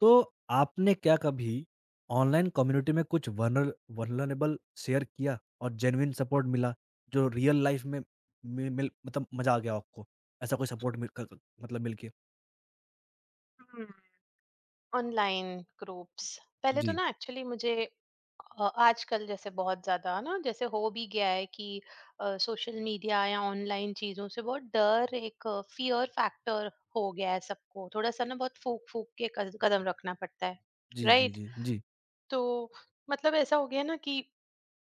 तो आपने क्या कभी ऑनलाइन कम्युनिटी में कुछ वनर वल्नरेबल शेयर किया और जेन्युइन सपोर्ट मिला जो रियल लाइफ में मिल मतलब मज़ा आ गया आपको? ऐसा कोई सपोर्ट मिल क क मतलब मिल के? ऑनलाइन ग्रुप्स पहले तो जी। ना एक्चुअली मुझे आजकल जैसे बहुत ज्यादा ना जैसे हो भी गया है कि सोशल मीडिया या ऑनलाइन चीजों से बहुत डर एक फियर फैक्टर हो गया है सबको थोड़ा सा ना बहुत फूक फूक के कदम रखना पड़ता है। जी, जी, राइट, जी, जी। तो मतलब ऐसा हो गया ना कि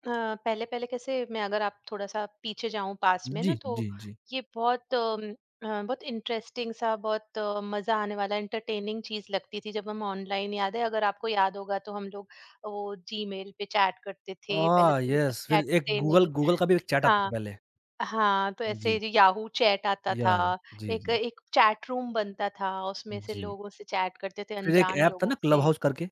पहले पहले कैसे मैं अगर आप थोड़ा सा पीछे जाऊं पास में जी, ना तो जी, जी। ये बहुत बहुत इंटरेस्टिंग सा बहुत मजा आने वाला एंटरटेनिंग चीज लगती थी। जब हम ऑनलाइन याद है अगर आपको याद होगा तो हम लोग वो जीमेल पे चैट करते थे। पहले आह! तो ये सब यस फिर चैट एक थे गूगल नहीं। गूगल का भी एक चैट आता था हाँ, पहले। हाँ, तो ऐसे जी। जो याहू चैट आता था या, या। जी, एक जी। एक चैट रूम बनता था उसमें से जी। लोगों से चैट करते थे फिर एक अनजान ऐप था लोगों ना क्लब से। हाउस करके?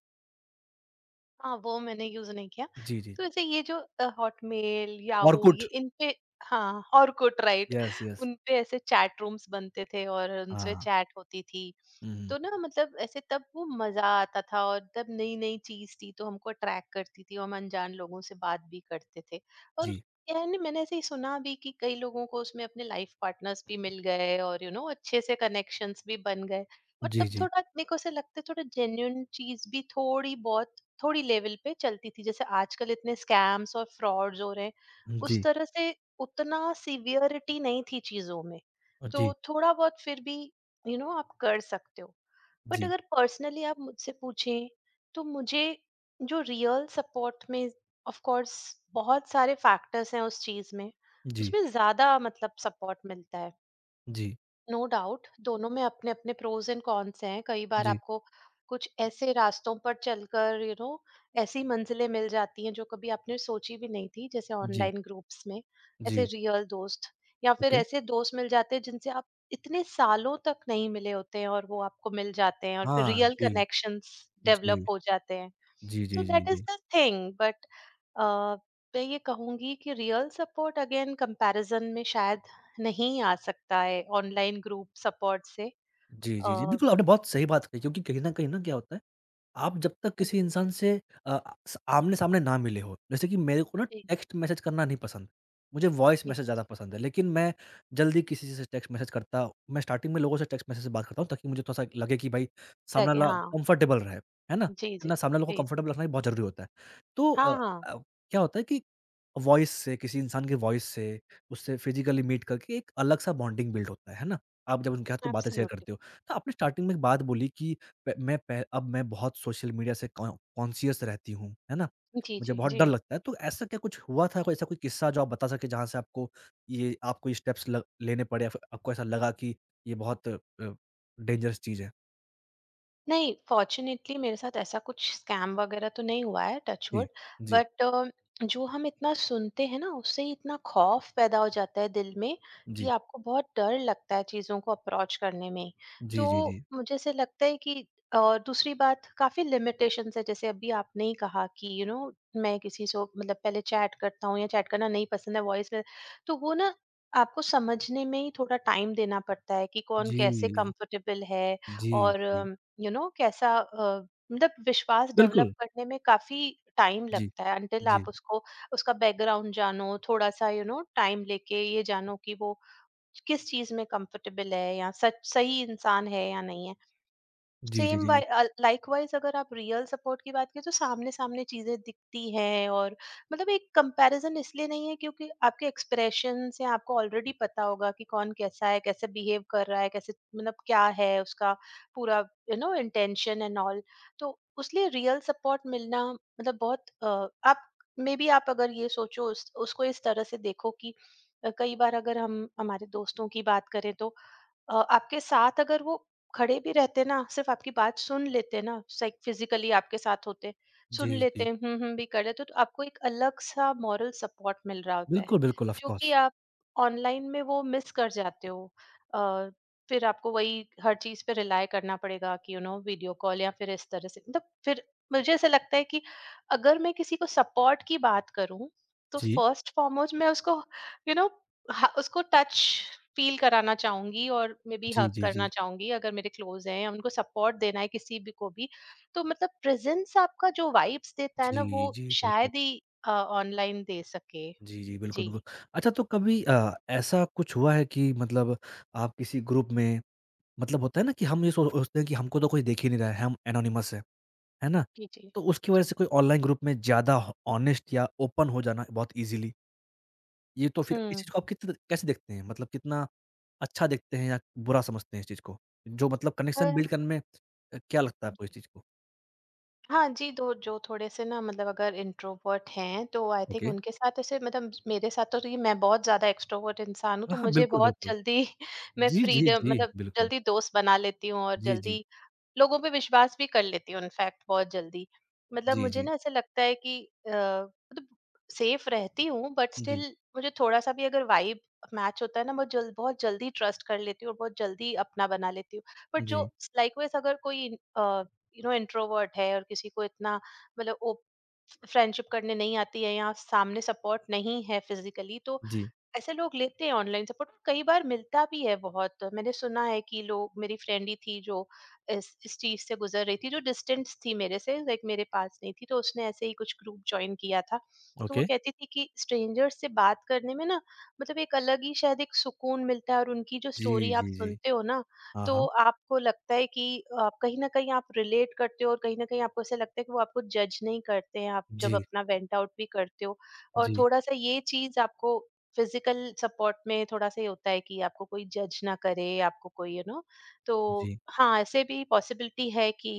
हाँ, वो मैंने यूज़ नहीं किया। जी, जी। तो ऐसे ये जो हॉटमेल, याहू ऑरकुट। ये इन पे। हाँ, ऑर्कुट राइट यस, यस। उन पे ऐसे चैट रूम्स बनते थे और उनसे हाँ। चैट होती थी। हुँ, हुँ। तो ना मतलब ऐसे तब वो मज़ा आता था और तब नई-नई चीज़ थी तो हमको अट्रैक्ट करती थी और हम अनजान लोगों से बात भी करते थे। और जी। यानी मैंने ऐसे ही सुना भी कि कई लोगों को उसमें अपने लाइफ़ पार्टनर्स भी मिल गए और यू नो अच्छे से कनेक्शंस भी बन गए। और जी, तब जी। थोड़ा मेरे को ऐसा लगता है थोड़ा जेन्युइन चीज़ भी थोड़ी-बहुत थोड़ी लेवल पे चलती थी। जैसे आजकल इतने स्कैम्स और फ्रॉड्स हो रहे हैं उस जी। तरह से उतना सीवियरिटी नहीं थी चीजों में। जी। तो थोड़ा बहुत फिर भी यू you नो know, आप कर सकते हो। बट जी। अगर पर्सनली आप मुझसे पूछें तो मुझे जो रियल सपोर्ट में ऑफ कोर्स बहुत सारे फैक्टर्स हैं उस चीज में जी। उसमें ज्यादा मतलब सपोर्ट मिलता है। जी, नो डाउट, दोनों में अपने अपने प्रोज एंड कॉन्स हैं। कई बार जी, आपको कुछ ऐसे रास्तों पर चलकर यू नो ऐसी मंजिलें मिल जाती हैं जो कभी आपने सोची भी नहीं थी। जैसे जी, ऑनलाइन ग्रुप्स में ऐसे जी, रियल दोस्त या फिर ओके। ऐसे दोस्त मिल जाते हैं जिनसे आप इतने सालों तक नहीं मिले होते हैं और वो आपको मिल जाते हैं और फिर हाँ, रियल जी, कनेक्शंस डेवलप जी, हो जाते हैं। जी, सो जी, जी, दैट इज जी। The thing. बट मैं ये कहूंगी कि रियल सपोर्ट अगेन कंपैरिजन में शायद नहीं आ सकता है ऑनलाइन ग्रुप सपोर्ट से। जी, जी, जी, अ, बिल्कुल आपने बहुत सही बात कही क्योंकि कहीं न कहीं ना क्या होता है, आप जब तक किसी इंसान से अ, स आमने-सामने ना मिले हो, जैसे कि मेरे को ना जी टेक्स्ट मैसेज करना नहीं पसंद। मुझे वॉइस जी मैसेज जी ज़्यादा जी पसंद है, लेकिन मैं जल्दी किसी से टेक्स्ट मैसेज करता मैं स्टार्टिंग में लोगों से टेक्स्ट मैसेज से बात करता हूँ ताकि मुझे थोड़ा-सा लगे कि भाई सामने लगे वाला हाँ कंफर्टेबल रहे, है ना? जी जी जी ना सामने वालों को जी, कंफर्टेबल रखना भी बहुत ज़रूरी होता है। तो हाँ हाँ अ, क्या होता है कि वॉइस से, किसी इंसान की वॉइस से, उससे फिजिकली मीट करके एक अलग-सा बॉन्डिंग बिल्ड होता है ना? आप जब उनके साथ कोई बातें शेयर एब्सोल्युटली करते हो। तो आपने स्टार्टिंग में एक बात बोली कि प मैं पह अब मैं बहुत सोशल मीडिया से कॉ कॉन्शियस रहती हूँ, है ना? जी मुझे जी बहुत जी। डर लगता है, तो ऐसा क्या कुछ हुआ था, कोई ऐसा कोई किस्सा जो आप बता सकें जहाँ से आपको ये स्टेप्स ल लेने पड़े या फिर आपको ऐसा लगा कि ये बहुत डेंजरस चीज़ है? नहीं, फ़ॉर्च्युनेटली मेरे साथ ऐसा कुछ स्कैम वगैरह तो नहीं हुआ है टच जी, वुड। जी, बट जो हम इतना सुनते हैं ना उससे ही इतना खौफ़ पैदा हो जाता है दिल में कि जी। आपको बहुत डर लगता है चीज़ों को अप्रोच करने में। जी, तो जी, जी। मुझे ऐसे लगता है कि और दूसरी बात काफ़ी लिमिटेशंस है। जैसे अभी आपने ही कहा कि यू you नो know, मैं किसी से मतलब पहले चैट करता हूँ या चैट करना नहीं पसंद है वॉइस में तो वो ना आपको समझने में ही थोड़ा टाइम देना पड़ता है कि कौन कैसे जी, कंफ़र्टेबल है। जी, और जी। यू नो कैसा मतलब विश्वास डेवलप बिल्कुल। करने में काफी टाइम जी। लगता है अंटिल आप जी। उसको उसका बैकग्राउंड जानो थोड़ा सा यू नो टाइम लेके ये जानो कि वो किस चीज में कंफर्टेबल है या सच सही इंसान है या नहीं है। जी, जी, सेम जी। वाइ लाइकवाइज़ अगर आप रियल सपोर्ट की बात करें तो सामने-सामने चीज़ें दिखती हैं और मतलब एक कंपैरिज़न इसलिए नहीं है क्योंकि आपके एक्सप्रेशन से आपको ऑलरेडी पता होगा कि कौन कैसा है, कैसे बिहेव कर रहा है, कैसे मतलब क्या है उसका पूरा you know intention and all. तो उसलिए रियल सपोर्ट मिलना मतलब बहुत आप मेबी आप अगर ये सोचो उस उसको इस तरह से देखो कि कई बार अगर हम हमारे दोस्तों की बात करें तो आपके साथ अगर वो खड़े भी रहते ना, सिर्फ़ आपकी बात सुन लेते ना, साइक फिज़िकली आपके साथ होते, जी, सुन जी। लेते, हुँ, हुँ भी कर लेते, तो आपको एक अलग-सा मॉरल सपोर्ट मिल रहा होता है, बिल्कुल, बिल्कुल ऑफ़ जो कि कोर्स। आप ऑनलाइन में वो मिस कर जाते हो। अ, फिर आपको वही हर चीज़ पे रिलाय करना पड़ेगा कि यू नो वीडियो कॉल या फिर इस तरह से मतलब फिर मुझे ऐसा लगता है कि अगर मैं किसी को सपोर्ट की बात करूँ, तो जी। फर्स्ट फॉरमोस्ट मैं उसको यू you नो ह उसको टच फ़ील कराना चाहूँगी और मे बी जी, हग जी, करना जी। चाहूँगी अगर मेरे क्लोज़ हैं, उनको सपोर्ट देना है किसी भी को भी। तो मतलब प्रेज़ेंस आपका जो वाइब्स देता है ना वो जी, जी, बिल्कुल। शायद ही ऑनलाइन दे सके। जी, जी, बिल्कुल, जी, बिल्कुल। अच्छा तो कभी ऐसा कुछ हुआ है कि मतलब आप किसी ग्रुप में मतलब होता है ना कि हम ये सोचते हैं कि हमको तो कोई देख ही नहीं रहा है, हम एनोनिमस हैं, है ना? जी, जी। तो उसकी वजह जी। से कोई ऑनलाइन ग्रुप में ज़्यादा ह ऑनेस्ट या ओपन हो जाना बहुत ईज़िली, ये तो फिर इस हुँ। चीज़ को आप कितना कैसे देखते हैं? मतलब कितना अच्छा देखते हैं या बुरा समझते हैं इस चीज़ को? जो मतलब अ, कनेक्शन बिल्ड करने में क्या लगता है आपको जी। इस चीज़ को? हाँ जी, तो जो थोड़े से ना मतलब अगर इंट्रोवर्ट हैं तो आई थिंक ओके। उनके साथ ऐसे मतलब मेरे साथ तो ये मैं बहुत ज़्यादा एक्सट्रोवर्ट इंसान हूँ हाँ, तो हाँ, मुझे बिल्कुल, बहुत बिल्कुल। जल्दी मैं जी, जी, फ्रीडम जी, मतलब बिल्कुल। जल्दी दोस्त बना लेती हूँ और जी, जी। जल्दी लोगों पे विश्वास भी कर लेती हूँ इनफैक्ट बहुत जल्दी। मतलब जी, मुझे जी। ना ऐसा लगता है कि मतलब सेफ रहती हूँ बट जी। स्टिल जी। मुझे थोड़ा-सा भी अगर वाइब मैच होता है ना मैं जल्द बहुत जल्दी ट्रस्ट कर लेती हूँ और बहुत जल्दी अपना बना लेती हूँ। बट जो जी। लाइकवाइज़ अगर कोई अ, यू नो इंट्रोवर्ट है और किसी को इतना मतलब ओ फ्रेंडशिप करने नहीं आती है या सामने सपोर्ट नहीं है फिज़िकली तो जी ऐसे लोग लेते हैं ऑनलाइन सपोर्ट। कई बार मिलता भी है बहुत। मैंने सुना है कि लोग मेरी फ्रेंड ही थी जो इस चीज से गुजर रही थी जो डिस्टेंस थी मेरे से लाइक मेरे पास नहीं थी तो उसने ऐसे ही कुछ ग्रुप ज्वाइन किया था। तो ओके। वो कहती थी कि स्ट्रेंजर्स से बात करने में ना मतलब एक अलग ही शायद एक सुकून मिलता है। और उनकी जो जी, स्टोरी आप जी, जी। सुनते हो ना हाँ, तो हाँ। आपको लगता है कि आप कहीं ना कहीं आप रिलेट करते हो और कहीं ना कहीं आपको ऐसा लगता है कि वो आपको जज नहीं करते हैं आप जब जी, अपना वेंट आउट भी करते हो। और जी, थोड़ा सा ये चीज आपको फिजिकल सपोर्ट में थोड़ा सा ये होता है कि आपको कोई जज ना करे आपको कोई यू नो। तो जी। हाँ, ऐसे भी पॉसिबिलिटी है कि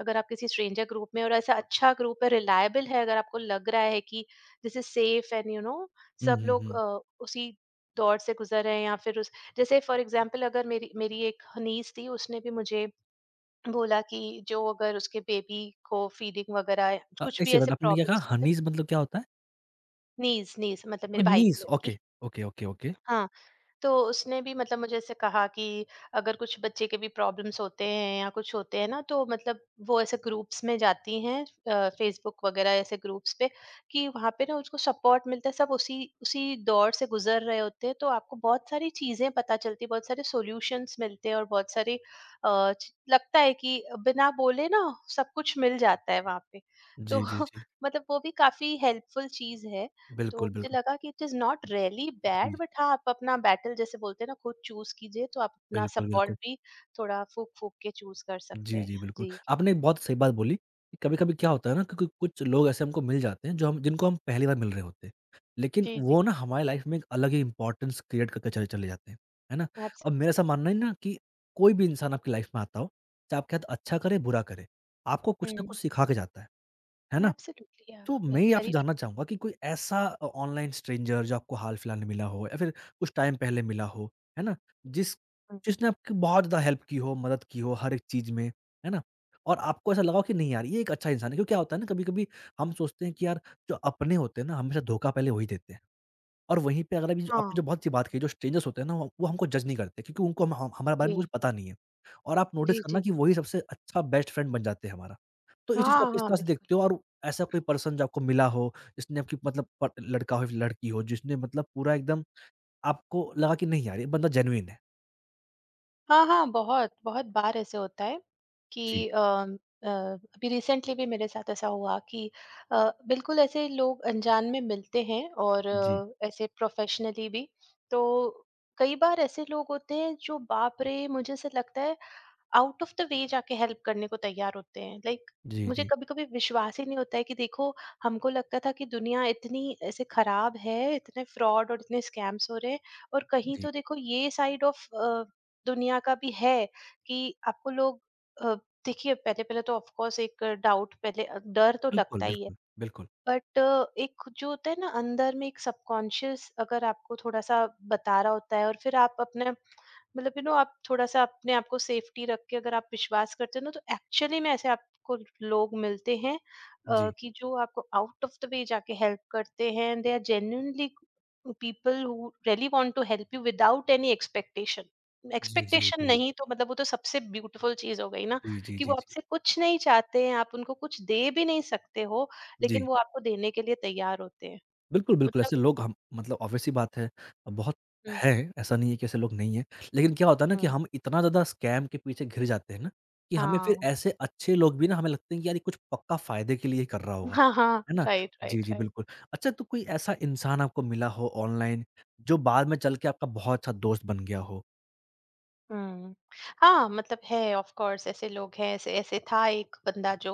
अगर आप किसी स्ट्रेंजर ग्रुप में और ऐसा अच्छा ग्रुप है रिलायबल है अगर आपको लग रहा है कि this is safe and you know हुँ, सब हुँ, लोग हुँ। उसी दौर से गुजर रहे हैं या फिर उस जैसे फॉर एग्जांपल अगर मेरी मेरी एक नीस थी उसने भी मुझे बोला कि जो अगर उसके बेबी को फीडिंग वगैरह कुछ 1 भी ऐसे सेकंड आपने क्या कहा प्रॉब्लम्स होते हनीज़ मतलब क्या होता है? नीज नीज मतलब और मेरे भाई की नीज़ ओके, लड़की। Okay, okay, okay. हाँ, तो उसने भी मतलब मुझे ऐसे कहा कि अगर कुछ बच्चे के भी प्रॉब्लम्स होते हैं या कुछ होते हैं ना तो मतलब वो ऐसे ग्रुप्स में जाती हैं फेसबुक वगैरह ऐसे ग्रुप्स पे कि वहाँ पे ना उसको सपोर्ट मिलता है सब उसी उसी दौर से गुजर रहे होते हैं तो आपको बहुत सारी चीज़ें पता चलती हैं बहुत सारे सॉल्यूशंस मिलते हैं और बहुत सारी लगता है कि बिना बोले ना सब कुछ मिल जाता है वहाँ पे तो जी, जी, जी। मतलब वो भी काफी हेल्पफुल चीज है। तो बिल्कुल, मुझे बिल्कुल। लगा कि it is not really bad. जी, बट हाँ, आप अपना बैटल जैसे बोलते हैं ना खुद चूज कीजिए तो आप अपना बिल्कुल, सपोर्ट बिल्कुल। भी थोड़ा फूक फूक के चूज कर सकते जी, जी, हैं बिल्कुल। जी। आपने एक बहुत सही बात बोली कि कभी-कभी क्या होता है ना, क्योंकि कुछ लोग ऐसे हमको मिल जाते हैं, जो हम जिनको हम पहली बार मिल रहे होते हैं। लेकिन जी जी वो ना हमारी लाइफ़ में एक अलग ही इम्पोर्टेंस क्रिएट करके चले चले जाते हैं। है ना? अब मेरा ऐसा एब्सोल्युटली मानना है ना कि कोई भी इंसान आपकी लाइफ़ में आता हो, चाहे आपके साथ अच्छा करे, बुरा करे, आपको कुछ ना कुछ सिखा के जाता है। है ना? एब्सोल्युटली या तो मैं ये आपसे वेरी जानना ट्रू चाहूँगा कि कोई ऐसा ऑनलाइन स्ट्रेंजर जो आपको हाल-फिलहाल में मिला हो या फिर कुछ टाइम पहले मिला हो, है ना? जिस जिसने आपकी बहुत ज़्यादा हेल्प की हो, मदद की हो हर एक चीज़ में, है ना? और आपको ऐसा लगा हो कि नहीं यार ये एक अच्छा इंसान है क्योंकि क्या होता है ना कभी-कभी हम सोचते हैं कि यार जो अपने होते हैं ना हमेशा धोखा पहले वही देते हैं। और वहीं पे अगर अभी जो आपने हाँ जो बहुत अच्छी बात कही जो स्ट्रेंजर्स होते हैं ना वो हमको जज नहीं करते क्योंकि उनको हम हमारे बारे में कुछ जी पता नहीं है। और आप नोटिस जी करना जी कि वही सबसे अच्छा बेस्ट फ्रेंड बन जाते हैं हमारा। तो इस चीज़ हाँ को आप किस हाँ तरह से बिल्कुल। देखते हो और ऐसा कोई पर्सन जो आपको मिला हो जिसने आपकी मतलब प लड़का हो या लड़की हो जिसने मतलब पूरा एकदम आपको लगा कि नहीं यार ये बंदा जेनुइन है? हाँ, हाँ, बहुत, बहुत बार ऐसे होता है जी। कि अभी रिसेंटली भी मेरे साथ ऐसा हुआ कि अ, बिल्कुल ऐसे लोग अनजान में मिलते हैं और जी। ऐसे प्रोफ़ेशनली भी। तो कई बार ऐसे लोग होते हैं जो बाप रे! मुझे ऐसे लगता है आउट ऑफ द वे जाके हेल्प करने को तैयार होते हैं। जी, मुझे जी, कभी कभी विश्वास ही नहीं होता है कि देखो, हमको लगता था कि दुनिया इतनी ऐसे खराब है, इतने फ्रॉड और इतने स्कैम्स हो रहे हैं, और कहीं जी। तो देखो ये साइड ऑफ दुनिया का भी है कि आपको लोग, अ, देखिए पहले पहले तो ऑफकोर्स एक डाउट पहले, डर तो बिल्कुल, लगता ही है। बिल्कुल, बिल्कुल। बट एक जो होता है ना अंदर में एक सबकॉन्शियस अगर आपको थोड़ा सा बता रहा होता है, और फिर आप अपने मतलब यू नो आप थोड़ा-सा अपने आप को सेफ्टी रख के अगर आप विश्वास करते हो ना, तो एक्चुअली में ऐसे आपको लोग मिलते हैं जी। कि जो आपको आउट ऑफ द वे जाके हेल्प करते हैं, and they are genuinely people who really want to help you without any expectation. जी, जी, एक्सपेक्टेशन जी, जी। नहीं तो मतलब वो तो सबसे ब्यूटीफुल चीज हो गई ना, जी, जी, कि जी, वो जी। आपसे कुछ नहीं चाहते हैं, आप उनको कुछ दे भी नहीं सकते हो, जी। लेकिन वो आपको देने के लिए तैयार होते हैं। बिल्कुल, बिल्कुल, मतलब ऐसे लोग हम मतलब ऑब्वियस सी बात है, बहुत हुँ, हैं, ऐसा नहीं है कि ऐसे लोग नहीं हैं। लेकिन क्या होता है ना कि हुँ, हम इतना ज़्यादा स्कैम के पीछे घिर जाते हैं ना, कि हमें फिर हाँ, ऐसे अच्छे लोग भी ना हमें लगते हैं कि यार ये कुछ पक्का फ़ायदे के लिए ही कर रहा होगा। हाँ, हाँ, है ना? राइट, जी, राइट, जी, राइट। बिल्कुल। अच्छा तो कोई ऐसा इंसान आपको मिला हो ऑनलाइन, जो बाद में चल के आपका बहुत अच्छा दोस्त बन गया हो? हुँ। हाँ, मतलब है ऑफ़ कोर्स ऐसे लोग हैं, ऐसे ऐसे था एक बंदा जो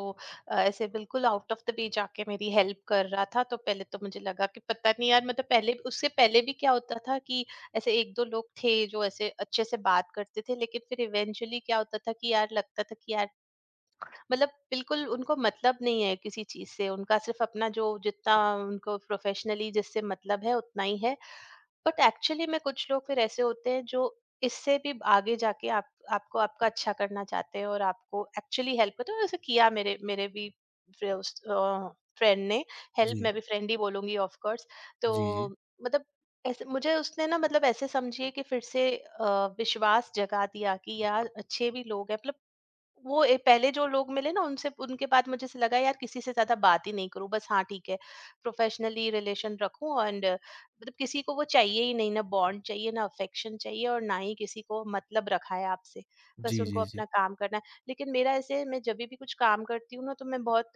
ऐसे बिल्कुल आउट ऑफ़ द वे जाके मेरी हेल्प कर रहा था, तो पहले तो मुझे लगा कि पता नहीं यार, मतलब पहले उससे पहले भी क्या होता था कि ऐसे 1-2 लोग थे जो ऐसे अच्छे से बात करते थे, लेकिन फिर इवेंचुअली क्या होता था कि यार लगता था कि यार मतलब बिल्कुल उनको मतलब नहीं है किसी चीज़ से, उनका सिर्फ़ अपना जो जितना उनको प्रोफ़ेशनली जिससे मतलब है उतना ही है। बट एक्चुअली में कुछ लोग फिर ऐसे होते हैं जो इससे भी आगे जाके आप आपको आपका अच्छा करना चाहते हैं और आपको एक्चुअली हेल्प करते हैं, और ऐसे किया मेरे मेरे भी फ्रेंड ने हेल्प, जी। मैं भी फ्रेंड ही बोलूंगी ऑफ कोर्स। तो जी, जी। मतलब ऐसे मुझे उसने ना, मतलब ऐसे समझिए कि फिर से विश्वास जगा दिया कि यार अच्छे भी लोग हैं, मतलब वो पहले जो लोग मिले ना उनसे, उनके बाद मुझे ऐसे लगा यार किसी से ज्यादा बात ही नहीं करूं, बस हाँ ठीक है, प्रोफेशनली रिलेशन रखूं, एंड मतलब किसी को वो चाहिए ही नहीं ना, बॉन्ड चाहिए, ना अफेक्शन चाहिए, और ना ही किसी को मतलब रखा है आपसे, बस जी, उनको जी, जी। अपना काम करना है। लेकिन मेरा ऐसे, मैं जब भी कुछ काम करती हूँ ना, तो मैं बहुत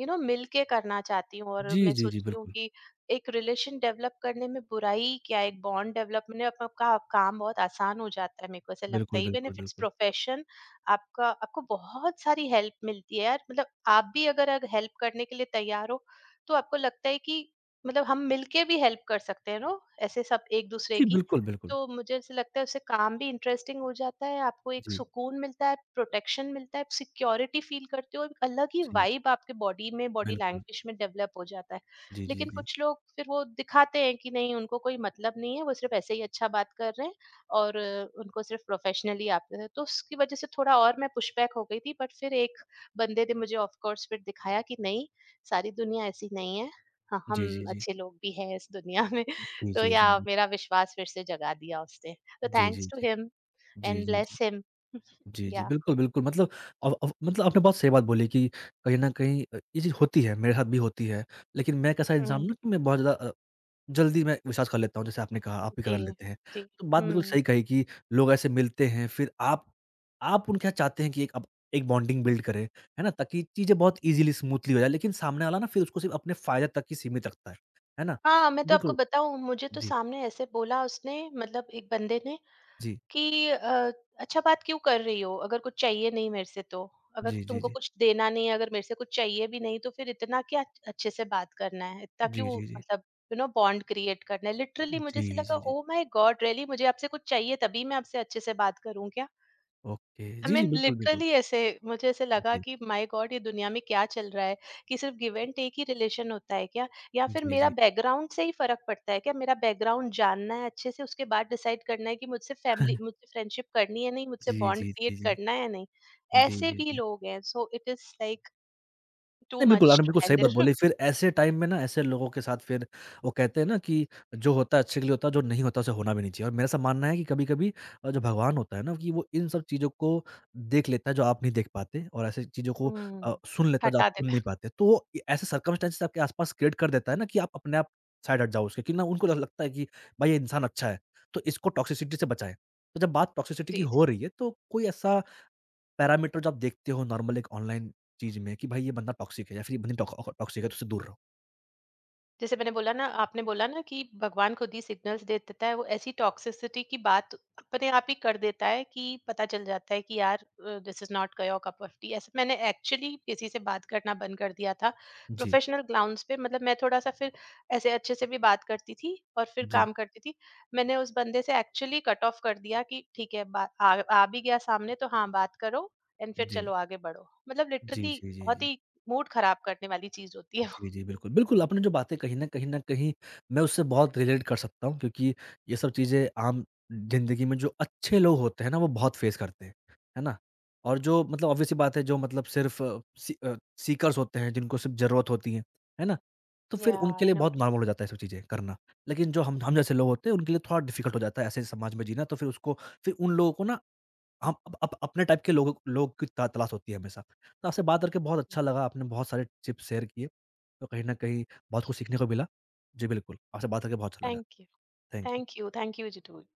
यू नो मिल के करना चाहती हूँ, और जी, मैं जी, जी, सोचती हूँ बिल्कुल। कि एक रिलेशन डेवलप करने में बुराई क्या है, एक बॉन्ड डेवलप में अपना आपका काम बहुत आसान हो जाता है, मेरे को ऐसा लगता बिल्कुल, है इवन इफ बिल्कुल, इट्स बिल्कुल। प्रोफेशन। आपका आपको बहुत सारी हेल्प मिलती है यार, मतलब आप भी अगर अगर हेल्प करने के लिए तैयार हो, तो आपको लगता है कि मतलब हम मिलके भी हेल्प कर सकते हैं नो, ऐसे सब एक दूसरे जी, की। बिल्कुल, बिल्कुल। तो मुझे ऐसे लगता है उससे काम भी इंटरेस्टिंग हो जाता है, आपको एक जी, सुकून मिलता है, प्रोटेक्शन मिलता है, सिक्योरिटी फील करते हो, एक अलग ही जी, वाइब आपके बॉडी में, बॉडी बिल्कुल। लैंग्वेज में डेवलप हो जाता है। जी, जी, लेकिन जी। कुछ लोग फिर वो दिखाते हैं कि नहीं, उनको कोई मतलब नहीं है, वो सिर्फ ऐसे ही अच्छा बात कर रहे हैं, और उनको सिर्फ प्रोफेशनली आते थे। तो उसकी वज़ह से थोड़ा और मैं पुशबैक हो गई थी, बट फिर एक बंदे ने मुझे ऑफ कोर्स फिर दिखाया कि नहीं, सारी दुनिया ऐसी नहीं है। हाँ, जी, जी, हम जी। अच्छे लोग भी हैं इस दुनिया में। जी, तो जी, जी, जी। या जी मेरा विश्वास फिर से जगा दिया उसने। तो जी, जी, थैंक्स टू जी। हिम जी, एंड जी, जी। Bless him. जी, जी, या बिल्कुल, बिल्कुल मतलब अब मतलब आपने बहुत सही बात बोली कि कहीं न कहीं ये चीज़ होती है, मेरे साथ भी होती है। लेकिन मैं कैसा इंसान हुँ, हूँ ना कि मैं बहुत ज़्यादा जल्दी मैं विश्वास कर लेता हूँ जैसे आपने कहा, आप भी कर जी, लेते हैं। जी। तो बात बिल्कुल हुँ। सही कही कि लोग ऐसे मिलते हैं फिर आप उनके साथ चाहते हैं कि एक बॉन्डिंग बिल्ड करें, है ना? ताकि चीज़ें बहुत ईज़िली स्मूथली हो जाए लेकिन सामने वाला ना फिर उसको सिर्फ़ अपने फ़ायदे तक ही सीमित रखता है ना? हाँ, मैं तो आपको बिल्कुल। बताऊँ, मुझे तो जी, सामने ऐसे बोला उसने, मतलब एक बंदे ने जी। कि अच्छा बात क्यों कर रही हो? अगर कुछ चाहिए नहीं मेरे से तो, अगर जी, जी, तुमको जी। कुछ देना नहीं है, अगर मेरे से कुछ चाहिए भी नहीं, तो फिर इतना क्या अच्छे से बात करना है? इतना जी, क्यों, जी, जी। मतलब यू नो बॉन्ड क्रिएट करना है? लिटरली मुझे जी, ऐसे जी, लगा, जी। जी ओह माय गॉड, रियली मुझे आपसे कुछ चाहिए तभी मैं आपसे अच्छे से बात करूँ क्या? ओके। आई जी, जी। मीन बिल्कुल, बिल्कुल। लिटरली ऐसे मुझे ऐसे लगा जी। कि माय गॉड, ये दुनिया में क्या चल रहा है, कि सिर्फ गिव एंड टेक ही रिलेशन होता है क्या, या फिर जी, मेरा जी। बैकग्राउंड से ही फर्क पड़ता है क्या, मेरा बैकग्राउंड जानना है अच्छे से, उसके बाद डिसाइड करना है कि मुझसे फैमिली, मुझसे फ्रेंडशिप करनी है, नहीं मुझसे जी, बॉन्ड जी, जी, क्रिएट जी। करना है या नहीं। जी, ऐसे जी, भी जी। लोग हैं, so it is like to नहीं, बिल्कुल, मच आपने टू बिल्कुल सही बात हैंडल। बोली। फिर ऐसे टाइम में ना ऐसे लोगों के साथ फिर वो कहते हैं ना कि जो होता है अच्छे के लिए होता है, जो नहीं होता उसे होना भी नहीं चाहिए और मेरा ऐसा मानना है कि कभी-कभी जो भगवान होता है ना कि वो इन सब चीज़ों को देख लेता है जो आप नहीं देख पाते और ऐसी चीज़ों को सुन लेता है जो आप हटा सुन नहीं देता पाते। तो वो ए ऐसे सर्कमस्टेंसेस आपके आस-पास क्रिएट कर देता है ना कि आप अपने आप साइड हट जाओ उसके कि ना उनको ल लगता है कि भाई ये इंसान अच्छा है, तो इसको टॉक्सिसिटी से बचाएँ। तो जब बात टॉक्सिसिटी की जी, हो रही है तो कोई ऐसा पैरामीटर जो आप देखते हो नॉर्मल एक ऑनलाइन चीज़ में कि भाई ये बंदा टॉक्सिक है या फिर ये बंदी टॉक्सिक है तो उससे दूर रहो। जैसे मैंने बोला ना, आपने बोला ना कि भगवान खुद ही सिग्नल्स दे देता है, वो ऐसी टॉक्सिसिटी की बात अपने आप ही कर देता है कि पता चल जाता है कि यार this is not your cup of tea, ऐसे मैंने एक्चुअली किसी से बात करना बंद कर दिया था जी। प्रोफेशनल ग्राउंड्स पे। मतलब मैं थोड़ा सा फिर ऐसे अच्छे से भी बात करती थी और फिर जी। काम करती थी। मैंने उस बंदे से एक्चुअली कट ऑफ कर दिया कि ठीक है, आ भी गया सामने तो हाँ बात करो, एंड फिर जी। चलो आगे बढ़ो। मतलब जी, लिटरली जी, जी, बहुत जी। ही मूड खराब करने वाली चीज होती है। जी, जी, बिल्कुल। बिल्कुल, आपने जो बातें कहीं न कहीं न कहीं मैं उससे बहुत रिलेट कर सकता हूँ क्योंकि ये सब चीज़ें आम ज़िंदगी में जो अच्छे लोग होते हैं ना, वो बहुत फेस करते हैं। है ना? और जो मतलब ऑब्वियस सी बात है जो मतलब सिर्फ़ सी अ, सी, सीकर्स होते हैं, जिनको सिर्फ़ ज़रूरत होती है। है ना? तो फिर या उनके आई लिए नो। बहुत नॉर्मल हो जाता है ये सब चीज़ें करना। लेकिन जो हम जैसे लोग होते हैं, उनके लिए थोड़ा डिफ़िकल्ट हो जाता है ऐसे समाज में जीना, तो फिर उसको फिर उन लोगों को ना हम अप अप अपने टाइप के लोग की त तलाश होती है हमेशा। तो आपसे बात करके बहुत अच्छा लगा, आपने बहुत सारे टिप्स शेयर किए, तो कहीं न कहीं बहुत कुछ सीखने को मिला। जी, बिल्कुल, आपसे बात करके बहुत अच्छा लगा। Thank you. Thank you. Thank you. Thank you, Jitu.